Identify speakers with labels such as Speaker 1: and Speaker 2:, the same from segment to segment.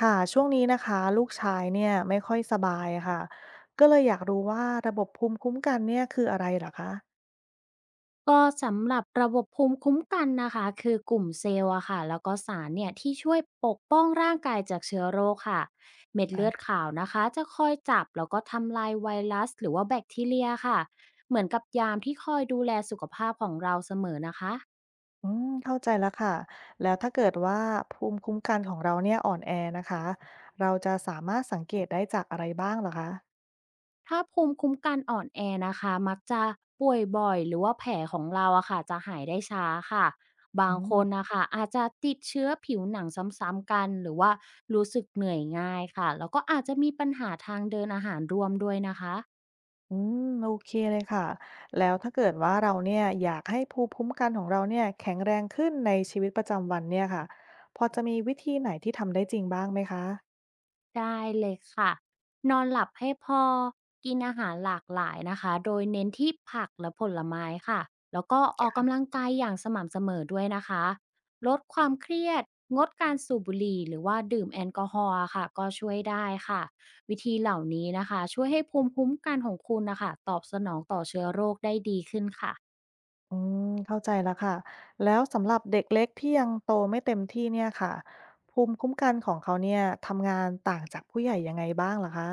Speaker 1: ค่ะช่วงนี้นะคะลูกชายเนี่ยไม่ค่อยสบายค่ะก็เลยอยากรู้ว่าระบบภูมิคุ้มกันเนี่ยคืออะไรเหรอคะ
Speaker 2: ก็สำหรับระบบภูมิคุ้มกันนะคะคือกลุ่มเซลล์อะค่ะแล้วก็สารเนี่ยที่ช่วยปกป้องร่างกายจากเชื้อโรคค่ะเม็ดเลือด
Speaker 1: อ่ะ
Speaker 2: ขาวนะคะจะคอยจับแล้วก็ทำลายไวรัสหรือว่าแบคทีเรียค่ะเหมือนกับยามที่คอยดูแลสุขภาพของเราเสมอนะคะ
Speaker 1: อืมเข้าใจแล้วค่ะแล้วถ้าเกิดว่าภูมิคุ้มกันของเราเนี่ยอ่อนแอนะคะเราจะสามารถสังเกตได้จากอะไรบ้างเหรอคะ
Speaker 2: ถ้าภูมิคุ้มกันอ่อนแอนะคะมักจะป่วยบ่อยหรือว่าแผลของเราอะค่ะจะหายได้ช้าค่ะบา
Speaker 1: อื
Speaker 2: งค
Speaker 1: ม
Speaker 2: นนะคะอาจจะติดเชื้อผิวหนังซ้ำๆกันหรือว่ารู้สึกเหนื่อยง่ายค่ะแล้วก็อาจจะมีปัญหาทางเดินอาหารรวมด้วยนะคะ
Speaker 1: อืมโอเคเลยค่ะแล้วถ้าเกิดว่าเราเนี่ยอยากให้ภูมิคุ้มกันของเราเนี่ยแข็งแรงขึ้นในชีวิตประจำวันเนี่ยค่ะพอจะมีวิธีไหนที่ทำได้จริงบ้างไหมคะ
Speaker 2: ได้เลยค่ะนอนหลับให้พอกินอาหารหลากหลายนะคะโดยเน้นที่ผักและผลไม้ค่ะแล้วก็ออกกำลังกายอย่างสม่ำเสมอด้วยนะคะลดความเครียดงดการสูบบุหรี่หรือว่าดื่มแอลกอฮอล์ค่ะก็ช่วยได้ค่ะวิธีเหล่านี้นะคะช่วยให้ภูมิคุ้มกันของคุณนะคะตอบสนองต่อเชื้อโรคได้ดีขึ้นค่ะ
Speaker 1: อืมเข้าใจแล้วค่ะแล้วสำหรับเด็กเล็กที่ยังโตไม่เต็มที่เนี่ยค่ะภูมิคุ้มกันของเขาเนี่ยทำงานต่างจากผู้ใหญ่ยังไงบ้างล่ะคะ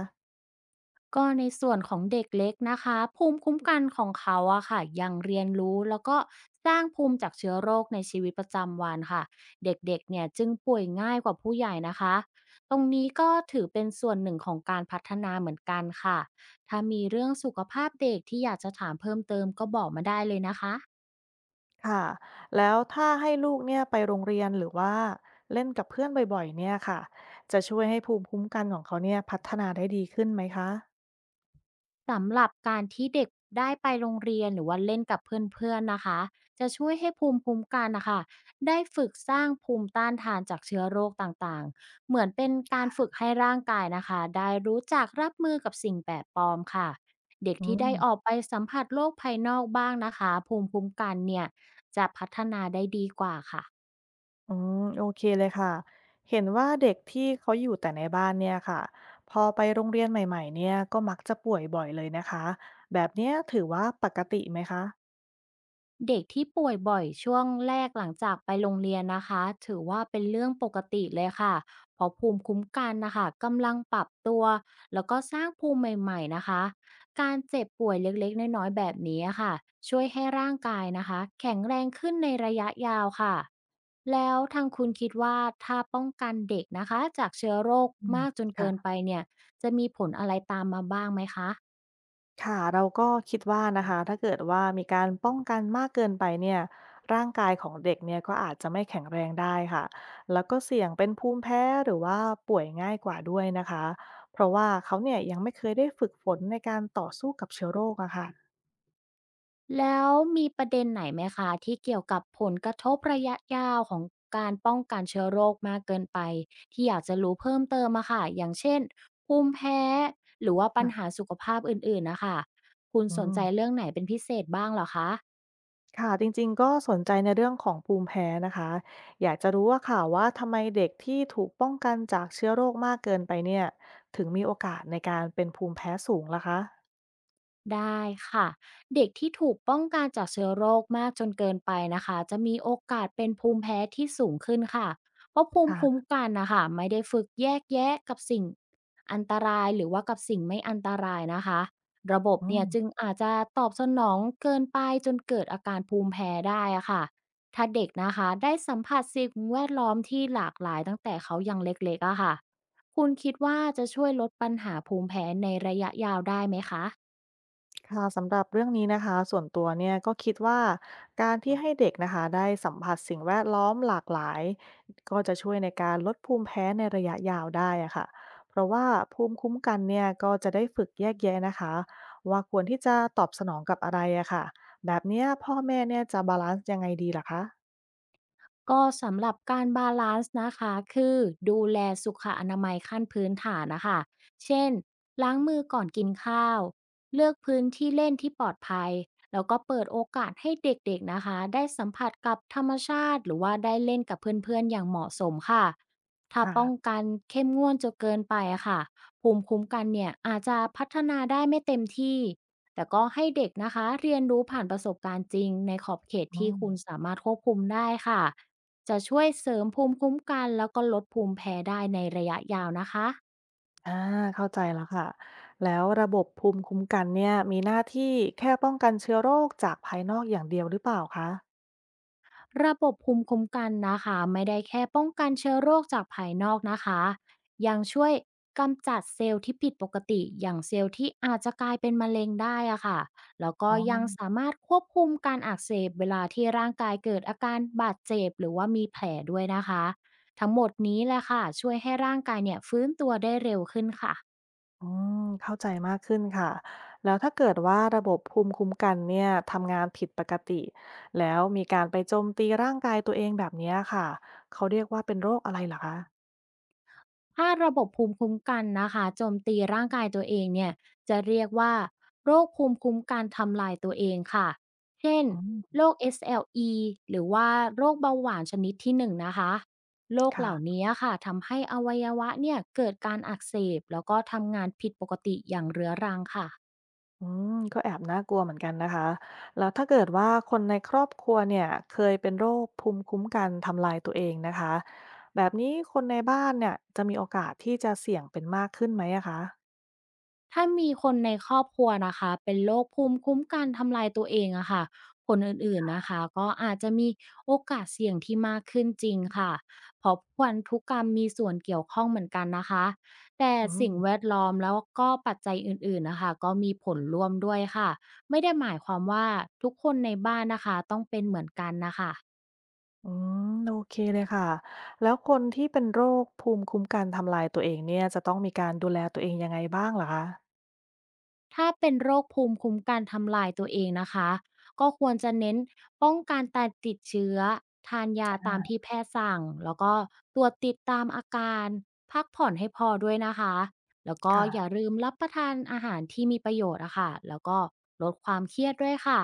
Speaker 2: ก็ในส่วนของเด็กเล็กนะคะภูมิคุ้มกันของเขาอะค่ะยังเรียนรู้แล้วก็สร้างภูมิจากเชื้อโรคในชีวิตประจำวันค่ะเด็กๆเนี่ยจึงป่วยง่ายกว่าผู้ใหญ่นะคะตรงนี้ก็ถือเป็นส่วนหนึ่งของการพัฒนาเหมือนกันค่ะถ้ามีเรื่องสุขภาพเด็กที่อยากจะถามเพิ่มเติมก็บอกมาได้เลยนะคะ
Speaker 1: ค่ะแล้วถ้าให้ลูกเนี่ยไปโรงเรียนหรือว่าเล่นกับเพื่อนบ่อยๆเนี่ยค่ะจะช่วยให้ภูมิคุ้มกันของเขาเนี่ยพัฒนาได้ดีขึ้นไหมคะ
Speaker 2: สำหรับการที่เด็กได้ไปโรงเรียนหรือว่าเล่นกับเพื่อนๆนะคะจะช่วยให้ภูมิคุ้มกันนะคะได้ฝึกสร้างภูมิต้านทานจากเชื้อโรคต่างๆเหมือนเป็นการฝึกให้ร่างกายนะคะได้รู้จักรับมือกับสิ่งแปลกปลอมค่ะเด็ก
Speaker 1: อื
Speaker 2: ที่ได้ออก
Speaker 1: ม
Speaker 2: ไปสัมผัสโลกภายนอกบ้างนะคะภูมิคุ้มกันเนี่ยจะพัฒนาได้ดีกว่าค่ะ
Speaker 1: อืมโอเคเลยค่ะเห็นว่าเด็กที่เขาอยู่แต่ในบ้านเนี่ยค่ะพอไปโรงเรียนใหม่ๆเนี่ยก็มักจะป่วยบ่อยเลยนะคะแบบเนี้ยถือว่าปกติไหมคะ
Speaker 2: เด็กที่ป่วยบ่อยช่วงแรกหลังจากไปโรงเรียนนะคะถือว่าเป็นเรื่องปกติเลยค่ะเพราะภูมิคุ้มกันนะคะกำลังปรับตัวแล้วก็สร้างภูมิใหม่ๆนะคะการเจ็บป่วยเล็กๆน้อยๆแบบนี้ค่ะช่วยให้ร่างกายนะคะแข็งแรงขึ้นในระยะยาวค่ะแล้วทางคุณคิดว่าถ้าป้องกันเด็กนะคะจากเชื้อโรค
Speaker 1: อืม
Speaker 2: มากจนเกินไป
Speaker 1: ค่ะ
Speaker 2: เนี่ยจะมีผลอะไรตามมาบ้างไหมคะ
Speaker 1: ค่ะเราก็คิดว่านะคะถ้าเกิดว่ามีการป้องกันมากเกินไปเนี่ยร่างกายของเด็กเนี่ยก็อาจจะไม่แข็งแรงได้ค่ะแล้วก็เสี่ยงเป็นภูมิแพ้หรือว่าป่วยง่ายกว่าด้วยนะคะเพราะว่าเขาเนี่ยยังไม่เคยได้ฝึกฝนในการต่อสู้กับเชื้อโรคอะค่ะ
Speaker 2: แล้วมีประเด็นไหนไหมคะที่เกี่ยวกับผลกระทบระยะยาวของการป้องกันเชื้อโรคมากเกินไปที่อยากจะรู้เพิ่มเติมอะค่ะอย่างเช่นภูมิแพ้หรือว่าปัญหา
Speaker 1: ค่ะ
Speaker 2: สุขภาพอื่นๆนะคะคุณ
Speaker 1: อื
Speaker 2: สน
Speaker 1: ม
Speaker 2: ใจเรื่องไหนเป็นพิเศษบ้างเหรอคะ
Speaker 1: ค่ะจริงๆก็สนใจในเรื่องของภูมิแพ้นะคะอยากจะรู้ว่าค่ะว่าทำไมเด็กที่ถูกป้องกันจากเชื้อโรคมากเกินไปเนี่ยถึงมีโอกาสในการเป็นภูมิแพ้สูงล่ะคะ
Speaker 2: ได้ค่ะเด็กที่ถูกป้องกันจากเชื้อโรคมากจนเกินไปนะคะจะมีโอกาสเป็นภูมิแพ้ที่สูงขึ้นค่ะเพราะภูมิคุ้ม
Speaker 1: ค่ะ
Speaker 2: กันนะคะไม่ได้ฝึกแยกแยะกับสิ่งอันตรายหรือว่ากับสิ่งไม่อันตรายนะคะระบบ
Speaker 1: อื
Speaker 2: เนี่ยจึง
Speaker 1: ม
Speaker 2: อาจจะตอบสนองเกินไปจนเกิดอาการภูมิแพ้ได้อะค่ะถ้าเด็กนะคะได้สัมผัสสิ่งแวดล้อมที่หลากหลายตั้งแต่เขายังเล็กๆอะค่ะคุณคิดว่าจะช่วยลดปัญหาภูมิแพ้ในระยะยาวได้ไหมคะ
Speaker 1: ค่ะสำหรับเรื่องนี้นะคะส่วนตัวเนี่ยก็คิดว่าการที่ให้เด็กนะคะได้สัมผัสสิ่งแวดล้อมหลากหลายก็จะช่วยในการลดภูมิแพ้ในระยะยาวได้อะค่ะเพราะว่าภูมิคุ้มกันเนี่ยก็จะได้ฝึกแยกแยะนะคะว่าควรที่จะตอบสนองกับอะไรอะค่ะแบบเนี้ยพ่อแม่เนี่ยจะบาลานซ์ยังไงดีล่ะคะ
Speaker 2: ก็สำหรับการบาลานซ์นะคะคือดูแลสุขอนามัยขั้นพื้นฐานนะคะเช่นล้างมือก่อนกินข้าวเลือกพื้นที่เล่นที่ปลอดภัยแล้วก็เปิดโอกาสให้เด็กๆนะคะได้สัมผัสกับธรรมชาติหรือว่าได้เล่นกับเพื่อนๆอย่างเหมาะสมค่ะถ้าป้อง
Speaker 1: ค่ะ
Speaker 2: กันเข้มงวดจนเกินไปอะค่ะภูมิคุ้มกันเนี่ยอาจจะพัฒนาได้ไม่เต็มที่แต่ก็ให้เด็กนะคะเรียนรู้ผ่านประสบการณ์จริงในขอบเขต
Speaker 1: อื
Speaker 2: ที่
Speaker 1: ม
Speaker 2: คุณสามารถควบคุมได้ค่ะ จะช่วยเสริมภูมิคุ้มกันแล้วก็ลดภูมิแพ้ได้ในระยะยาวนะคะ
Speaker 1: อ่าเข้าใจแล้วค่ะแล้วระบบภูมิคุ้มกันเนี่ยมีหน้าที่แค่ป้องกันเชื้อโรคจากภายนอกอย่างเดียวหรือเปล่าคะ
Speaker 2: ระบบภูมิคุ้มกันนะคะไม่ได้แค่ป้องกันเชื้อโรคจากภายนอกนะคะยังช่วยกำจัดเซลล์ที่ผิดปกติอย่างเซลล์ที่อาจจะกลายเป็นมะเร็งได้อะค่ะแล้วก็
Speaker 1: อ๋อ
Speaker 2: ยังสามารถควบคุมการอักเสบเวลาที่ร่างกายเกิดอาการบาดเจ็บหรือว่ามีแผลด้วยนะคะทั้งหมดนี้แหละค่ะช่วยให้ร่างกายเนี่ยฟื้นตัวได้เร็วขึ้นค่ะ
Speaker 1: อืมเข้าใจมากขึ้นค่ะแล้วถ้าเกิดว่าระบบภูมิคุ้มกันเนี่ยทำงานผิดปกติแล้วมีการไปโจมตีร่างกายตัวเองแบบเนี้ยค่ะเขาเรียกว่าเป็นโรคอะไรเหรอคะ
Speaker 2: ถ้าระบบภูมิคุ้มกันนะคะโจมตีร่างกายตัวเองเนี่ยจะเรียกว่าโรคภูมิคุ้มกันทำลายตัวเองค่ะ เช่น
Speaker 1: อืม
Speaker 2: โรค SLE หรือว่าโรคเบาหวานชนิดที่หนึ่งนะคะโรคเห
Speaker 1: ค่ะ
Speaker 2: ล่านี้ค่ะทำให้อวัยวะเนี่ยเกิดการอักเสบแล้วก็ทำงานผิดปกติอย่างเรื้อรังค่ะ
Speaker 1: อืมก็แอบน่ากลัวเหมือนกันนะคะแล้วถ้าเกิดว่าคนในครอบครัวเนี่ยเคยเป็นโรคภูมิคุ้มกันทำลายตัวเองนะคะแบบนี้คนในบ้านเนี่ยจะมีโอกาสที่จะเสี่ยงเป็นมากขึ้นไหมอะคะ
Speaker 2: ถ้ามีคนในครอบครัวนะคะเป็นโรคภูมิคุ้มกันทำลายตัวเองอะค่ะคนอื่นๆนะคะก็อาจจะมีโอกาสเสี่ยงที่มากขึ้นจริงค่ะเพราะพันทุกกรรมมีส่วนเกี่ยวข้องเหมือนกันนะคะแต่
Speaker 1: อื
Speaker 2: สิ่งแว
Speaker 1: ม
Speaker 2: ดล้อมแล้วก็ปัจจัยอื่นๆนะคะก็มีผลร่วมด้วยค่ะไม่ได้หมายความว่าทุกคนในบ้านนะคะต้องเป็นเหมือนกันนะคะ
Speaker 1: อืมโอเคเลยค่ะแล้วคนที่เป็นโรคภูมิคุ้มกันทำลายตัวเองเนี่ยจะต้องมีการดูแลตัวเองยังไงบ้างเหรอคะ
Speaker 2: ถ้าเป็นโรคภูมิคุ้มกันทำลายตัวเองนะคะก็ควรจะเน้นป้องกันการติดเชื้อทานยาตามที่แพทย์สั่งแล้วก็ตรวจติดตามอาการพักผ่อนให้พอด้วยนะคะแล้วก็
Speaker 1: ค่ะ
Speaker 2: อย่าลืมรับประทานอาหารที่มีประโยชน์อะค่ะแล้วก็ลดความเครียดด้วยค่ะ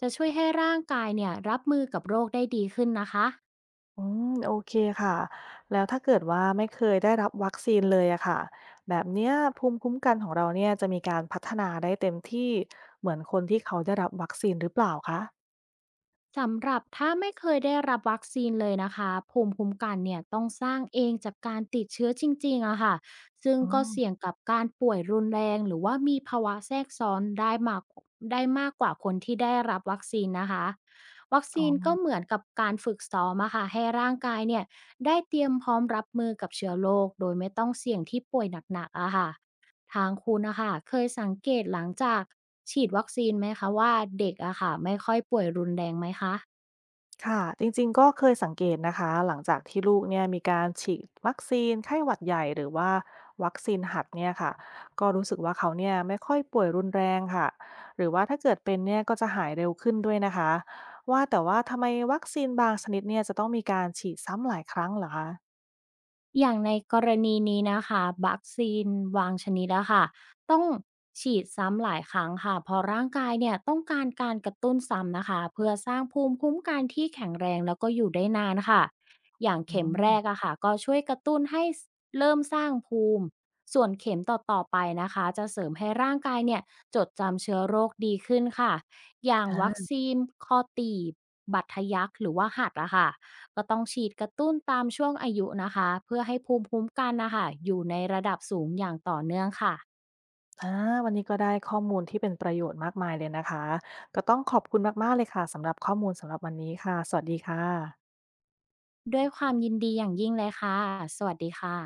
Speaker 2: จะช่วยให้ร่างกายเนี่ยรับมือกับโรคได้ดีขึ้นนะคะ
Speaker 1: อืมโอเคค่ะแล้วถ้าเกิดว่าไม่เคยได้รับวัคซีนเลยอะค่ะแบบเนี้ยภูมิคุ้มกันของเราเนี่ยจะมีการพัฒนาได้เต็มที่เหมือนคนที่เขาได้รับวัคซีนหรือเปล่าคะ
Speaker 2: สำหรับถ้าไม่เคยได้รับวัคซีนเลยนะคะภูมิคุ้มกันเนี่ยต้องสร้างเองจากการติดเชื้อจริงๆอะค่ะซึ่ง
Speaker 1: อื
Speaker 2: ก็เสี่ยง
Speaker 1: ม
Speaker 2: กับการป่วยรุนแรงหรือว่ามีภาวะแทรกซ้อนได้มากกว่าคนที่ได้รับวัคซีนนะคะวัค
Speaker 1: อ๋อ
Speaker 2: ซีนก็เหมือนกับการฝึกซ้อมอะค่ะให้ร่างกายเนี่ยได้เตรียมพร้อมรับมือกับเชื้อโรคโดยไม่ต้องเสี่ยงที่ป่วยหนักๆอะค่ะทางคุณนะคะเคยสังเกตหลังจากฉีดวัคซีนไหมคะว่าเด็กอะค่ะไม่ค่อยป่วยรุนแรงไหมคะ
Speaker 1: ค่ะจริงๆก็เคยสังเกตนะคะหลังจากที่ลูกเนี่ยมีการฉีดวัคซีนไข้หวัดใหญ่หรือว่าวัคซีนหัดเนี่ยค่ะก็รู้สึกว่าเขาเนี่ยไม่ค่อยป่วยรุนแรงค่ะหรือว่าถ้าเกิดเป็นเนี่ยก็จะหายเร็วขึ้นด้วยนะคะว่าแต่ว่าทำไมวัคซีนบางชนิดเนี่ยจะต้องมีการฉีดซ้ำหลายครั้งเหรอคะ
Speaker 2: อย่างในกรณีนี้นะคะวัคซีนบางชนิดอะค่ะต้องฉีดซ้ำหลายครั้งค่ะเพราะร่างกายเนี่ยต้องการการกระตุ้นซ้ำนะคะ เพื่อสร้างภูมิคุ้มกันที่แข็งแรงแล้วก็อยู่ได้นานค่ะอย่าง
Speaker 1: อื
Speaker 2: เข็มแร
Speaker 1: ม
Speaker 2: กอะค่ะก็ช่วยกระตุ้นให้เริ่มสร้างภูมิ ส่วนเข็มต่อๆไปนะคะ จะเสริมให้ร่างกายเนี่ยจดจำเชื้อโรคดีขึ้นค่ะ อย่างวัค
Speaker 1: อ่า
Speaker 2: ซีนคอตีบบัดทะยักหรือว่าหัดอะค่ะ ก็ต้องฉีดกระตุ้นตามช่วงอายุนะคะเพื่อให้ภูมิคุ้มกันนะคะอยู่ในระดับสูงอย่างต่อเนื่องค่ะ
Speaker 1: อ่าวันนี้ก็ได้ข้อมูลที่เป็นประโยชน์มากมายเลยนะคะก็ต้องขอบคุณมากๆเลยค่ะสำหรับข้อมูลสำหรับวันนี้ค่ะสวัสดีค่ะ
Speaker 2: ด้วยความยินดีอย่างยิ่งเลยค่ะสวัสดีค่ะ